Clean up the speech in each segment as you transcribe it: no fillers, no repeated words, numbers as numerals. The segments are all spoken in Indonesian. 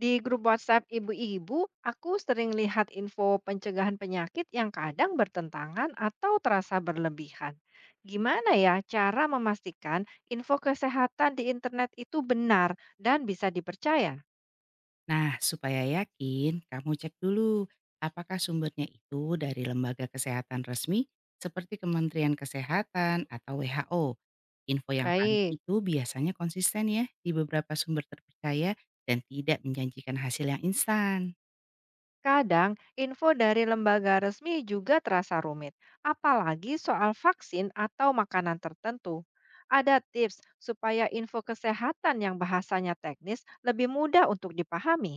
Di grup WhatsApp ibu-ibu, aku sering lihat info pencegahan penyakit yang kadang bertentangan atau terasa berlebihan. Gimana ya cara memastikan info kesehatan di internet itu benar dan bisa dipercaya? Nah, supaya yakin, kamu cek dulu apakah sumbernya itu dari lembaga kesehatan resmi seperti Kementerian Kesehatan atau WHO. Info yang paling Baik, itu biasanya konsisten ya di beberapa sumber terpercaya dan tidak menjanjikan hasil yang instan. kadang info dari lembaga resmi juga terasa rumit, apalagi soal vaksin atau makanan tertentu. Ada tips supaya info kesehatan yang bahasanya teknis lebih mudah untuk dipahami.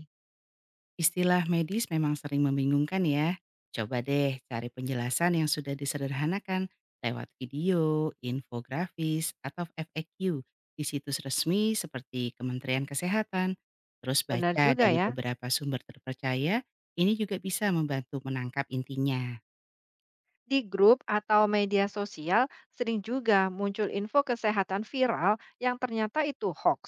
Istilah medis memang sering membingungkan ya. Coba deh cari penjelasan yang sudah disederhanakan lewat video, infografis, atau FAQ di situs resmi seperti Kementerian Kesehatan. Terus Benar baca juga dari ya. beberapa sumber terpercaya, ini juga bisa membantu menangkap intinya. Di grup atau media sosial sering juga muncul info kesehatan viral yang ternyata itu hoax.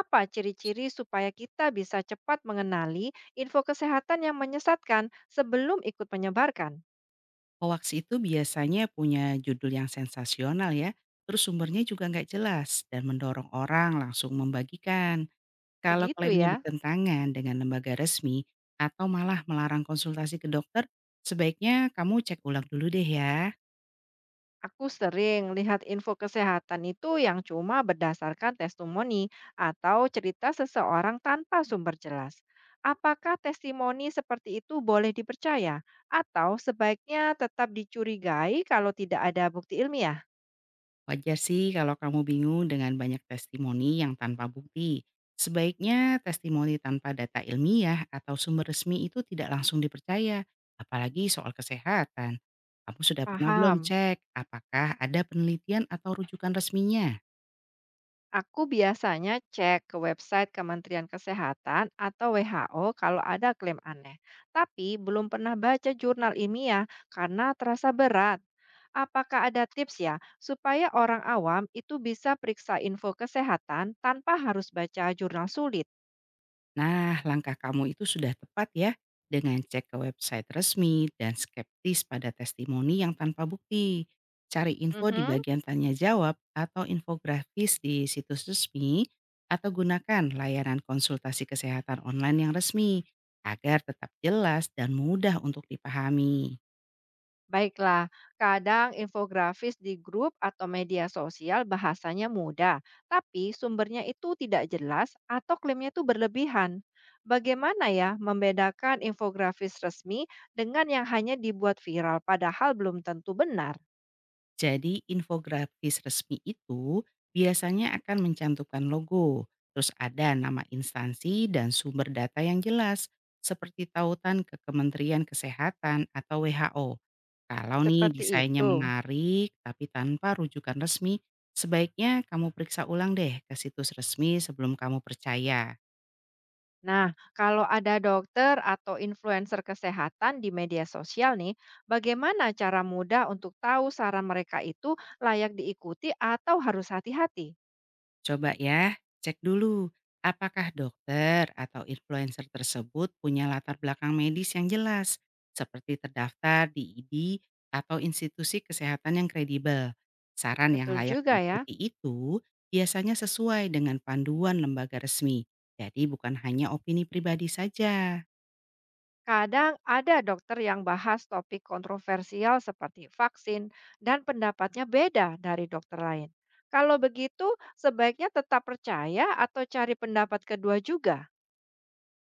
Apa ciri-ciri supaya kita bisa cepat mengenali info kesehatan yang menyesatkan sebelum ikut menyebarkan? Hoax itu biasanya punya judul yang sensasional ya, terus sumbernya juga nggak jelas dan mendorong orang langsung membagikan. Kalau Begitu klaimnya ya. bertentangan dengan lembaga resmi atau malah melarang konsultasi ke dokter, sebaiknya kamu cek ulang dulu deh ya. Aku sering lihat info kesehatan itu yang cuma berdasarkan testimoni atau cerita seseorang tanpa sumber jelas. Apakah testimoni seperti itu boleh dipercaya atau sebaiknya tetap dicurigai kalau tidak ada bukti ilmiah? Wajar sih kalau kamu bingung dengan banyak testimoni yang tanpa bukti. Sebaiknya testimoni tanpa data ilmiah atau sumber resmi itu tidak langsung dipercaya, apalagi soal kesehatan. Kamu sudah pernah belum Paham. cek apakah ada penelitian atau rujukan resminya? Aku biasanya cek ke website Kementerian Kesehatan atau WHO kalau ada klaim aneh, tapi belum pernah baca jurnal ilmiah karena terasa berat. Apakah ada tips ya supaya orang awam itu bisa periksa info kesehatan tanpa harus baca jurnal sulit? Nah, langkah kamu itu sudah tepat ya, dengan cek ke website resmi dan skeptis pada testimoni yang tanpa bukti. Cari info di Mhm. bagian tanya jawab atau infografis di situs resmi atau gunakan layanan konsultasi kesehatan online yang resmi agar tetap jelas dan mudah untuk dipahami. Baiklah, kadang infografis di grup atau media sosial bahasanya mudah, tapi sumbernya itu tidak jelas atau klaimnya itu berlebihan. Bagaimana ya membedakan infografis resmi dengan yang hanya dibuat viral padahal belum tentu benar? Jadi infografis resmi itu biasanya akan mencantumkan logo, terus ada nama instansi dan sumber data yang jelas, seperti tautan ke Kementerian Kesehatan atau WHO. Kalau nih Seperti desainnya itu. menarik tapi tanpa rujukan resmi, sebaiknya kamu periksa ulang deh ke situs resmi sebelum kamu percaya. Nah, kalau ada dokter atau influencer kesehatan di media sosial nih, bagaimana cara mudah untuk tahu saran mereka itu layak diikuti atau harus hati-hati? Coba ya, cek dulu apakah dokter atau influencer tersebut punya latar belakang medis yang jelas, seperti terdaftar di ID atau institusi kesehatan yang kredibel. Saran yang Betul layak juga ya. diikuti itu biasanya sesuai dengan panduan lembaga resmi, jadi bukan hanya opini pribadi saja. Kadang ada dokter yang bahas topik kontroversial seperti vaksin dan pendapatnya beda dari dokter lain. Kalau begitu, sebaiknya tetap percaya atau cari pendapat kedua juga.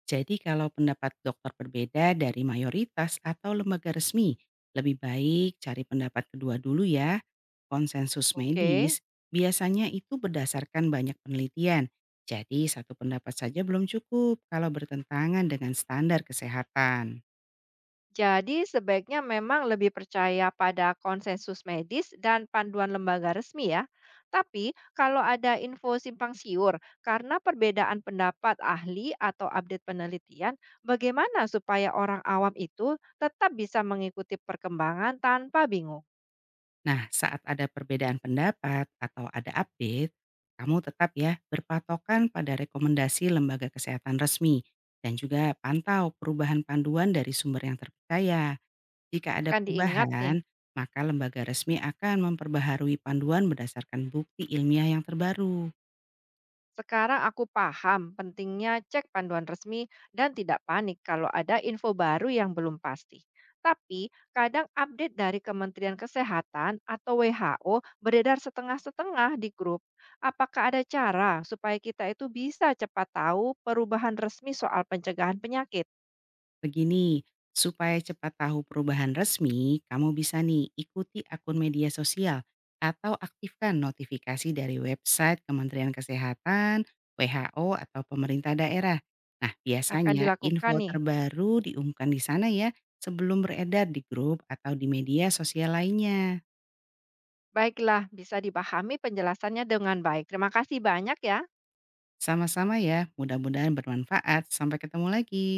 Jadi kalau pendapat dokter berbeda dari mayoritas atau lembaga resmi, lebih baik cari pendapat kedua dulu ya. Konsensus Oke. medis biasanya itu berdasarkan banyak penelitian. Jadi satu pendapat saja belum cukup kalau bertentangan dengan standar kesehatan. Jadi, sebaiknya memang lebih percaya pada konsensus medis dan panduan lembaga resmi ya. Tapi, kalau ada info simpang siur karena perbedaan pendapat ahli atau update penelitian, bagaimana supaya orang awam itu tetap bisa mengikuti perkembangan tanpa bingung? Nah, saat ada perbedaan pendapat atau ada update, kamu tetap ya berpatokan pada rekomendasi lembaga kesehatan resmi dan juga pantau perubahan panduan dari sumber yang terpercaya. Jika ada Akan diingat nih. perubahan, maka lembaga resmi akan memperbaharui panduan berdasarkan bukti ilmiah yang terbaru. Sekarang aku paham pentingnya cek panduan resmi dan tidak panik kalau ada info baru yang belum pasti. Tapi kadang update dari Kementerian Kesehatan atau WHO beredar setengah-setengah di grup. Apakah ada cara supaya kita itu bisa cepat tahu perubahan resmi soal pencegahan penyakit Begini, supaya cepat tahu perubahan resmi, kamu bisa nih ikuti akun media sosial atau aktifkan notifikasi dari website Kementerian Kesehatan, WHO, atau pemerintah daerah. Nah, akan biasanya dilakukan info nih? terbaru diumumkan di sana ya sebelum beredar di grup atau di media sosial lainnya. Baiklah, bisa dipahami penjelasannya dengan baik. Terima kasih banyak ya. Sama-sama ya, mudah-mudahan bermanfaat. Sampai ketemu lagi.